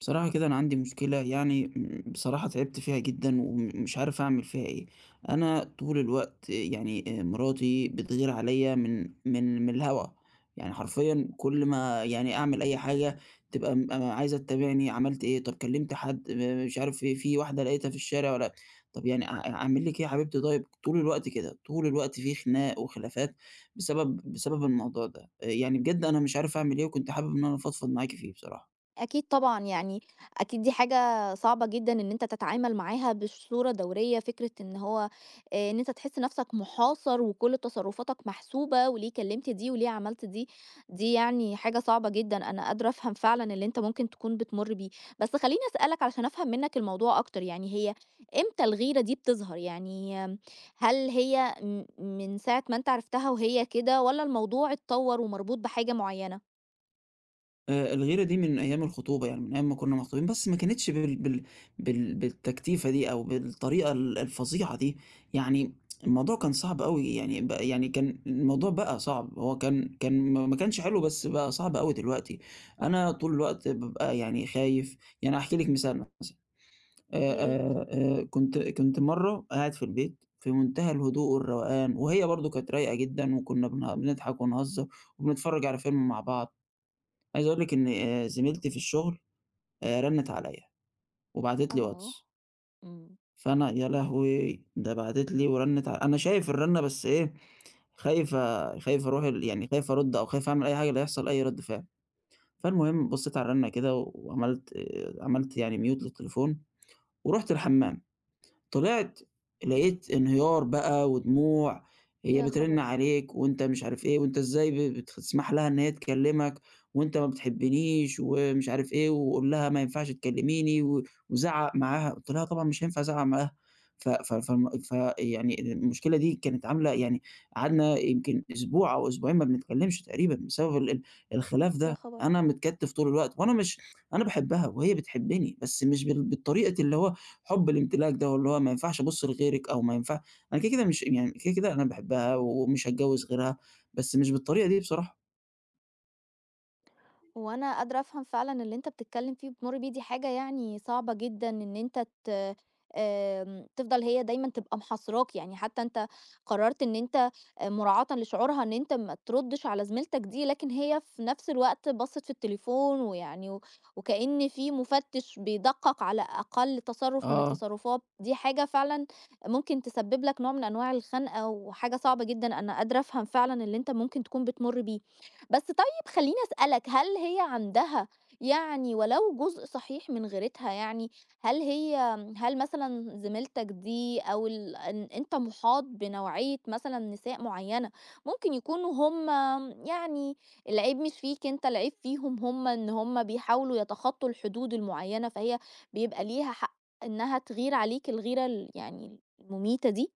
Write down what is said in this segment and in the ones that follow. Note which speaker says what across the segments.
Speaker 1: بصراحة كده أنا عندي مشكلة بصراحة تعبت فيها جدا ومش عارف أعمل فيها إيه. أنا طول الوقت مراتي بتغير عليا من الهوا. يعني حرفيا كل ما يعني أعمل أي حاجة تبقى عايزة تتابعني عملت إيه، طب كلمت حد مش عارف إيه، في واحدة لقيتها في الشارع ولا طب يعني أعمل لك إيه يا حبيبتي؟ طيب طول الوقت كده، طول الوقت في خناق وخلافات بسبب الموضوع ده. بجد أنا مش عارف أعمل إيه، وكنت حابب إن أنا أفضفض معاكي فيه بصراحة.
Speaker 2: أكيد طبعًا، أكيد دي حاجة صعبة جدًا إن أنت تتعامل معاها بصورة دورية، فكرة إن هو إن أنت تحس نَفْسك محاصر وكل تصرُّفاتك محسوبة وليه كلّمت دي وليه عملت دي، دي يعني حاجة صعبة جدًا، أنا قادرة أفهم فعلًا اللي أنت ممكن تكون بتمُر بيه. بس خلّيني أسألك علشان أفهم منّك الموضوع أكتر، يعني هي إمتى الغيرة دي بتظهر؟ يعني آمم هل هي من ساعة ما أنت عرفتها وهي كده والّا الموضوع اتطوّر ومربوط بحاجة معيّنة؟
Speaker 1: الغيرة دي من أيام الخطوبة، يعني من أيام ما كُنّا مخطوبين، بس ما كانتش بالتكتيفة دي أو بالطريقة الفظيعة دي، يعني الموضوع كان صعب أوي، يعني ب يعني كان الموضوع بقى صعب، هو كان ما كانش حلو، بس بقى صعب أوي دلوقتي. أنا طول الوقت بابقى يعني خايف، يعني هاحكي لِك مثال مثلًا،
Speaker 2: يا
Speaker 1: آآ
Speaker 2: ريت.
Speaker 1: كنت مرّة قاعد في البيت في منتهى الهدوء والروقان، وهي برضه كانت رايقة جدًا وكُنّا بنضحك ونهزّر وبنتفرّج على فيلم مع بعض. عايز أقول لِك إن زميلتي في الشغل رنِّت عليّا وبعتت لي
Speaker 2: آه،
Speaker 1: واتس،
Speaker 2: إمم.
Speaker 1: فأنا يا لهوي! ده بعتت لي ورنِّت، أنا شايف الرنة، بس إيه، خايف أروح ال يعني خايف أرُد أو خايف أعمل أي حاجة لا يحصل أي رَد فعل. فالمهم بصيت على الرنة كده وعملت عملت يعني mute للتليفون ورُحت الحمّام. طلعت لقيت انهيار بقى ودموع، هي
Speaker 2: يا
Speaker 1: بترن
Speaker 2: خبر!
Speaker 1: عليك وأنت مش عارف إيه، وأنت إزاي بتسمح لها إن هي تكلمك، وأنت ما بتحبنيش ومش عارف إيه، وقُل لها ما ينفعش تكلميني، وزعّق معاها. قُلت لها طبعًا مش هينفع أزعّق معاها، ف ف فالم فيعني المشكلة دي كانت عاملة يعني قعدنا يمكن أسبوع أو أسبوعين ما بنتكلمش تقريبًا بسبب ال ال الخلاف
Speaker 2: يا
Speaker 1: ده.
Speaker 2: خبر!
Speaker 1: أنا متكتّف طول الوقت، وأنا مش، أنا باحبها وهي بتحبني، بس مش بالطريقة اللي هو حُب الامتلاك ده، واللي هو ما ينفعش أبُص لغيرِك أو ما ينفع، أنا كده، كده مش يعني كده، كده أنا باحبها ومش هاتجوّز غيرها، بس مش بالطريقة دي بصراحة.
Speaker 2: هو أنا قادرة أفهم فعلًا اللي أنت بتتكلّم فيه وبتمُر بيه، دي حاجة يعني صعبة جدًا إن أنت ت آمم، تفضل هي دايمًا تبقى محاصراك، يعني حتى أنت قررت إن أنت مراعاةً لشعورها إن أنت ما تردّش على زميلتك دي، لكن هي في نفس الوقت بصِّت في التليفون و وكأن في مُفَتِّش بيدقّق على أقل تصرُّف من
Speaker 1: آه.
Speaker 2: التصرفات، دي حاجة فعلًا ممكن تسبب لك نوع من أنواع الخنقة وحاجة صعبة جدًا، أنا قادرة أفهم فعلًا اللي أنت ممكن تكون بتمُر بيه. بس طيب خلّيني أسألك، هل هي عندها يعني ولو جزء صحيح من غيرتها يعني، هل هي هل مثلًا زميلتك دي أو ال إن أنت مُحاط بنوعية مثلًا نساء معيّنة، ممكن يكونوا هُم يعني العيب مش فيك أنت، العيب فيهم هُم، إن هُم بيحاولوا يتخطّوا الحدود المعيّنة، فهي بيبقى ليها حق إنها تغير عليك الغيرة ال يعني المميتة دي؟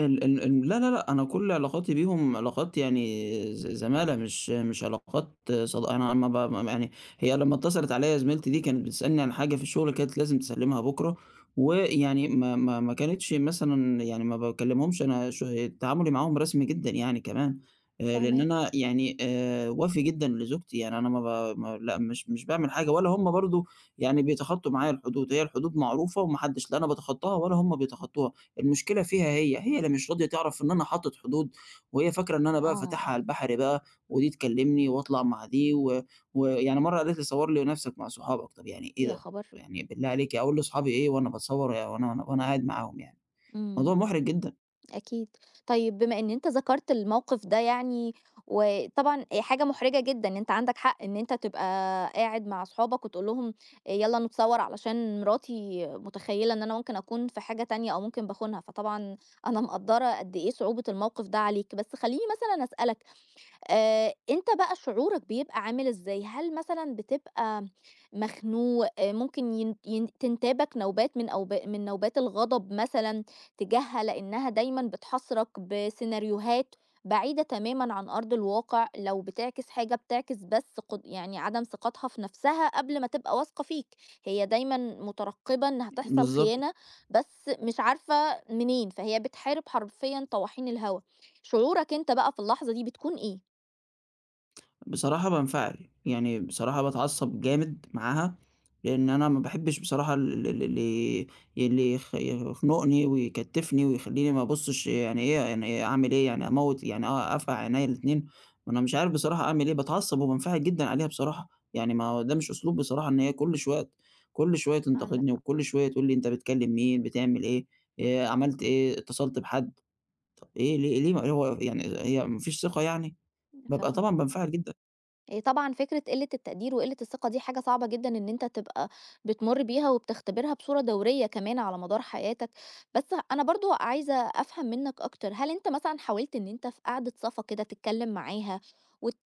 Speaker 1: ال ال ال لا، لا، لأ، أنا كل علاقاتي بيهم علاقات يعني ز زمالة، مش علاقات، صد أنا ما ب م يعني هي لمّا اتصلت عليّا زميلتي دي كانت بتسألني عن حاجة في الشغل كانت لازم تسلِّمها بُكرة، ويعني ما كانتش مثلًا، يعني ما باكلمهمش أنا ش تعاملي معاهم رسمي جدًا يعني كمان، لإن
Speaker 2: فاهماك.
Speaker 1: أنا يعني وَفي جدًا لزوجتي، يعني أنا ما ب ما لأ، مش باعمل حاجة، ولا هُم برضه يعني بيتخطّوا معايا الحدود، هي الحدود معروفة وما حدّش لا أنا باتخطّاها ولا هُم بيتخطّوها. المشكلة فيها هي، هي اللي مش راضية تعرف إن أنا حاطط حدود، وهي فاكرة إن أنا بقى فاتحها
Speaker 2: آه،
Speaker 1: على البحر بقى، ودي تكلمني وأطلع مع دي، ويعني مرة قالت لي: "صور لي نفسك مع صحابك." طب يعني إيه
Speaker 2: يا
Speaker 1: ده؟
Speaker 2: خبر!
Speaker 1: يعني بالله عليك أقول لاصحابي إيه وأنا باتصور وأنا قاعد معاهم يعني؟
Speaker 2: إمم.
Speaker 1: موضوع محرج جدًا.
Speaker 2: أكيد. طيب بما إن أنت ذكرت الموقف ده يعني، وطبعًا حاجة محرجة جدًا، أنت عندك حق إن أنت تبقى قاعد مع صحابك وتقول لهم يالّا نتصور علشان مراتي متخيّلة إن أنا ممكن أكون في حاجة تانية أو ممكن باخونها، فطبعًا أنا مقدّرة قد إيه صعوبة الموقف ده عليك، بس خلّيني مثلًا أسألك أنت بقى شعورك بيبقى عامل إزاي؟ هل مثلًا بتبقى مخنوق، آه، ممكن ين ين تنتابك نوبات من نوبات الغضب مثلًا تجاهها لإنها دايمًا بتحاصرك بسيناريوهات بعيدة تمامًا عن أرض الواقع، لو بتعكس حاجة بتعكس بس قد يعني عدم ثقتها في نفسها قبل ما تبقى واثقة فيك، هي دايمًا مترقبة إن هتحصل
Speaker 1: بالضبط.
Speaker 2: خيانة بس مش عارفة منين، فهي بتحارب حرفيًا طواحين الهوا. شعورك أنت بقى في اللحظة دي بتكون إيه؟
Speaker 1: بصراحة بانفعل، يعني بصراحة باتعصّب جامد معاها، لإن أنا ما باحبّش بصراحة ال ال اللي اللي يخ يخنقني ويكتّفني ويخلّيني ما أبُصّش، يعني إيه، يعني إيه أعمل إيه، يعني أموّت، يعني أ أفقع عينيّا الاتنين، وأنا مش عارف بصراحة أعمل إيه، باتعصّب وبانفعل جدًا عليها بصراحة. يعني ما هو ده مش أسلوب بصراحة، إن هي كل شوية
Speaker 2: عندك
Speaker 1: تنتقدني،
Speaker 2: حق،
Speaker 1: وكل شوية تقول لي: "أنت بتكلّم مين، بتعمل إيه، عملت إيه، اتصلت بحد؟" طَب إيه، ليه ما هو يعني هي ما فيش ثقة يعني؟ بابقى
Speaker 2: فاهمة.
Speaker 1: طبعًا بانفعل جدًا.
Speaker 2: هي طبعًا فكرة قِلّة التقدير وقِلّة الثقة دي حاجة صعبة جدًا إن أنت تبقى بتمُر بيها وبتختبرها بصورة دورية كمان على مدار حياتك، بس أنا برضه عايزة أفهم منّك أكتر، هل أنت مثلًا حاولت إن أنت في قعدة صفا كده تتكلّم معاها وت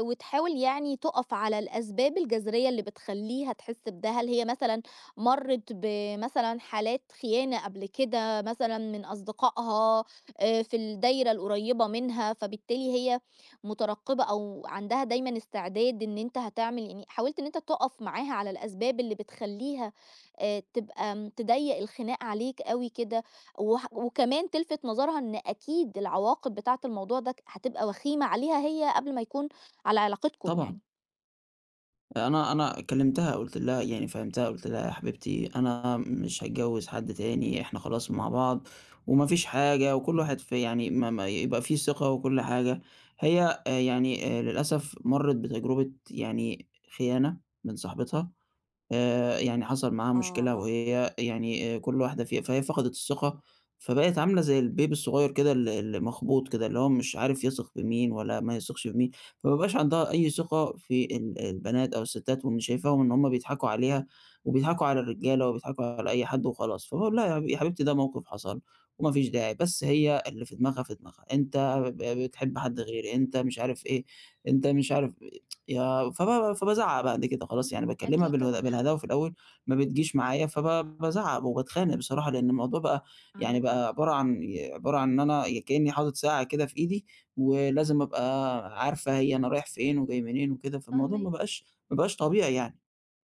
Speaker 2: وتحاول يعني تُقف على الأسباب الجذرية اللي بتخلّيها تحس بده؟ هل هي مثلًا مرّت بمثلًا حالات خيانة قبل كده مثلًا من أصدقائها في الدايرة القريّبة منها، فبالتالي هي مترقبة أو عندها دايمًا استعداد إن أنت هتعمل يعني حاولت إن أنت تُقف معاها على الأسباب اللي بتخلّيها تبقى تضيّق الخناق عليك أوي كده، وكمان تلفت نظرها إن أكيد العواقب بتاعة الموضوع ده هتبقى وخيمة عليها هي قبل ما يكون على علاقتكم
Speaker 1: طبعًا.
Speaker 2: يعني.
Speaker 1: أنا كلمتها، قُلت لها يعني فهّمتها، قُلت لها: "يا حبيبتي أنا مش هاتجوّز حد تاني، إحنا خلاص مع بعض وما فيش حاجة، وكل واحد في يعني، ما يبقى في ثقة وكل حاجة." هي للأسف مرّت بتجربة يعني خيانة من صاحبتها. يعني حصل معاها
Speaker 2: آه،
Speaker 1: مشكلة،
Speaker 2: آه،
Speaker 1: وهي يعني كل واحدة فيها فهي فقدت الثقة، فبقت عاملة زي البيبي الصغير كده، اللي مخبوط كده، اللي هو مش عارف يثق بمين ولا ما يثقش بمين، فما بقاش عندها أي ثقة في البنات أو الستات، وإن شايفاهم إن هُم بيضحكوا عليها وبيضحكوا على الرجالة وبيضحكوا على أي حد وخلاص، فباقول لها: يا حبيبتي ده موقف حصل وما فيش داعي"، بس هي اللي في دماغها، أنت بتحب حد غيري، أنت مش عارف إيه، أنت مش عارف. يا فب فبازعّق بعد كده خلاص، يعني باكلّمها
Speaker 2: أكيد طبعًا حقك،
Speaker 1: بالهداوة في الأول، ما بتجيش معايا، بازعّق وباتخانق بصراحة، لإن الموضوع بقى يعني
Speaker 2: عندك حق،
Speaker 1: بقى عبارة عن إن أنا كإنّي حاطط ساعة كده في إيدي، ولازم أبقى عارفة هي أنا رايح فين وجاي منين وكده، فالموضوع
Speaker 2: فاهماك.
Speaker 1: ما بقاش طبيعي يعني.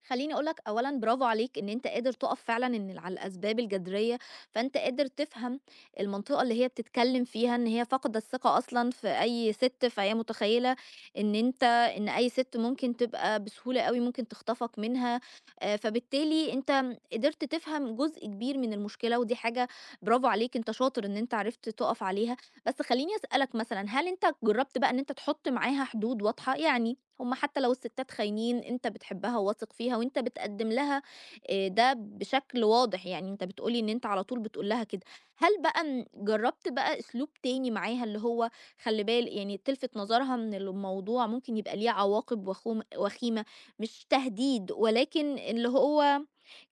Speaker 2: خلّيني أقول لك أولًا برافو عليك إن أنت قادر تُقف فعلًا إن على الأسباب الجذرية، فأنت قادر تفهم المنطقة اللي هي بتتكلّم فيها إن هي فاقدة الثقة أصلًا في أي سِت، فهي متخيّلة إن أنت إن أي سِت ممكن تبقى بسهولة أوي ممكن تخطفك منها، فبالتالي أنت قدرت تفهم جزء كبير من المشكلة ودي حاجة برافو عليك، أنت شاطر إن أنت عرفت تُقف عليها. بس خلّيني أسألك مثلًا، هل أنت جرّبت بقى إن أنت تحُط معاها حدود واضحة؟ يعني هم حتى لو الستات خاينين، أنت بتحبها وواثق فيها وأنت بتقدّم لها ده بشكل واضح، يعني أنت بتقول لي إن أنت على طول بتقول لها كده. هل بقى جرّبت بقى أسلوب تاني معاها اللي هو خلّي بال يعني تلفت نظرها من الموضوع ممكن يبقى ليه عواقب وخيمة، مش تهديد ولكن اللي هو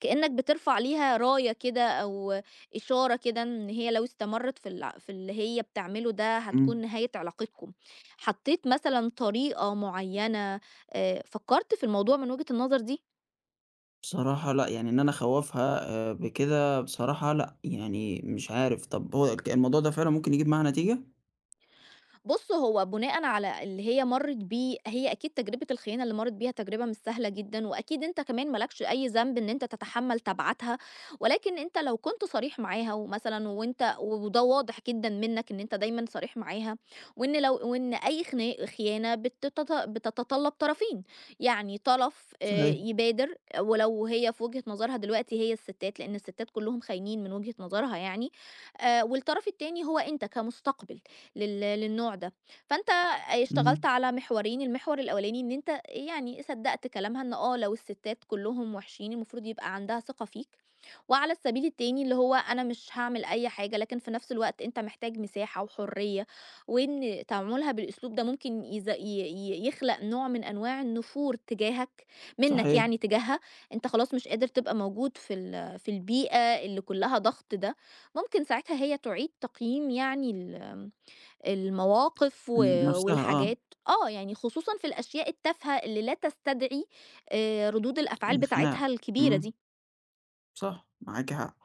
Speaker 2: كإنّك بترفع ليها راية كده أو إشارة كده إن هي لو استمرت في اللي هي بتعمله ده هتكون
Speaker 1: إمم.
Speaker 2: نهاية علاقتكم. حطيت مثلًا طريقة معينة فكرت في الموضوع من وجهة النظر دي؟
Speaker 1: بصراحة لأ، يعني إن أنا أخوّفها بكده بصراحة لأ، يعني مش عارف، طب هو الموضوع ده فعلًا ممكن يجيب معاها نتيجة؟
Speaker 2: بُص، هو بناءً على اللي هي مرّت بيه هي أكيد تجربة الخيانة اللي مرّت بيها تجربة مش سهلة جدًا، وأكيد أنت كمان ما لكش أي ذنب إن أنت تتحمّل تبعاتها، ولكن أنت لو كنت صريح معاها ومثلًا وأنت وده واضح جدًا منّك إن أنت دايمًا صريح معاها، وإن أي خيانة بتتطلّب طرفين، يعني طرف
Speaker 1: صحيح.
Speaker 2: يبادر ولو هي في وجهة نظرها دلوقتي هي الستات، لإن الستات كلّهم خاينين من وجهة نظرها يعني، والطرف التاني هو أنت كمستقبل. للنوع ده، فأنت اشتغلت
Speaker 1: اهم.
Speaker 2: على محورين، المحور الأولاني إن أنت يعني صدّقت كلامها إن آه، لو الستات كلّهم وحشين المفروض يبقى عندها ثقة فيك، وعلى السبيل التاني اللي هو أنا مش هاعمل أي حاجة، لكن في نفس الوقت أنت محتاج مساحة وحرية، وإن تعاملها بالأسلوب ده ممكن يز ي ي يخلق نوع من أنواع النفور تجاهك منّك
Speaker 1: صحيح.
Speaker 2: يعني تجاهها، أنت خلاص مش قادر تبقى موجود في البيئة اللي كلّها ضغط ده، ممكن ساعتها هي تُعيد تقييم يعني ال المواقف و
Speaker 1: إمم، نَفْسها آه.
Speaker 2: والحاجات آه، يعني خصوصًا في الأشياء التافهة اللي لا تستدعي ردود الأفعال
Speaker 1: الخناقة.
Speaker 2: بتاعتها الكبيرة
Speaker 1: إمم.
Speaker 2: دي.
Speaker 1: صح، معاكِ حق.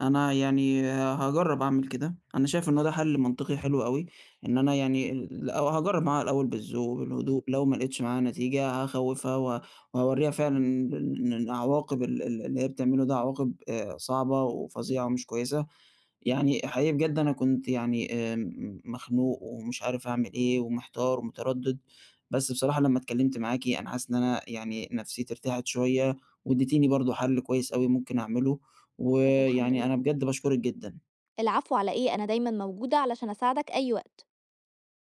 Speaker 1: أنا يعني هاجرّب أعمل كده، أنا شايف إن هو ده حل منطقي حلو أوي، إن أنا يعني ال أو هاجرّب معاها الأول بالذوق، بالهدوء، لو ما لقيتش معاها نتيجة هاخوّفها، و وهاورّيها فعلًا إن عواقب ال ال اللي هي بتعمله ده عواقب صعبة وفظيعة ومش كويسة، يعني حقيقي بجد أنا كنت يعني مخنوق ومش عارف أعمل إيه ومحتار ومتردد، بس بصراحة لمّا اتكلمت معاكِ أنا حاسس إن أنا يعني نفسيتي ارتاحت شوية، واديتيني برضه حل كويس أوي ممكن أعمله،
Speaker 2: طب الحمد
Speaker 1: ويعني أنا
Speaker 2: لله.
Speaker 1: بجد باشكرِك جدًا.
Speaker 2: العفو على إيه، أنا دايمًا موجودة علشان أساعدك أي وقت.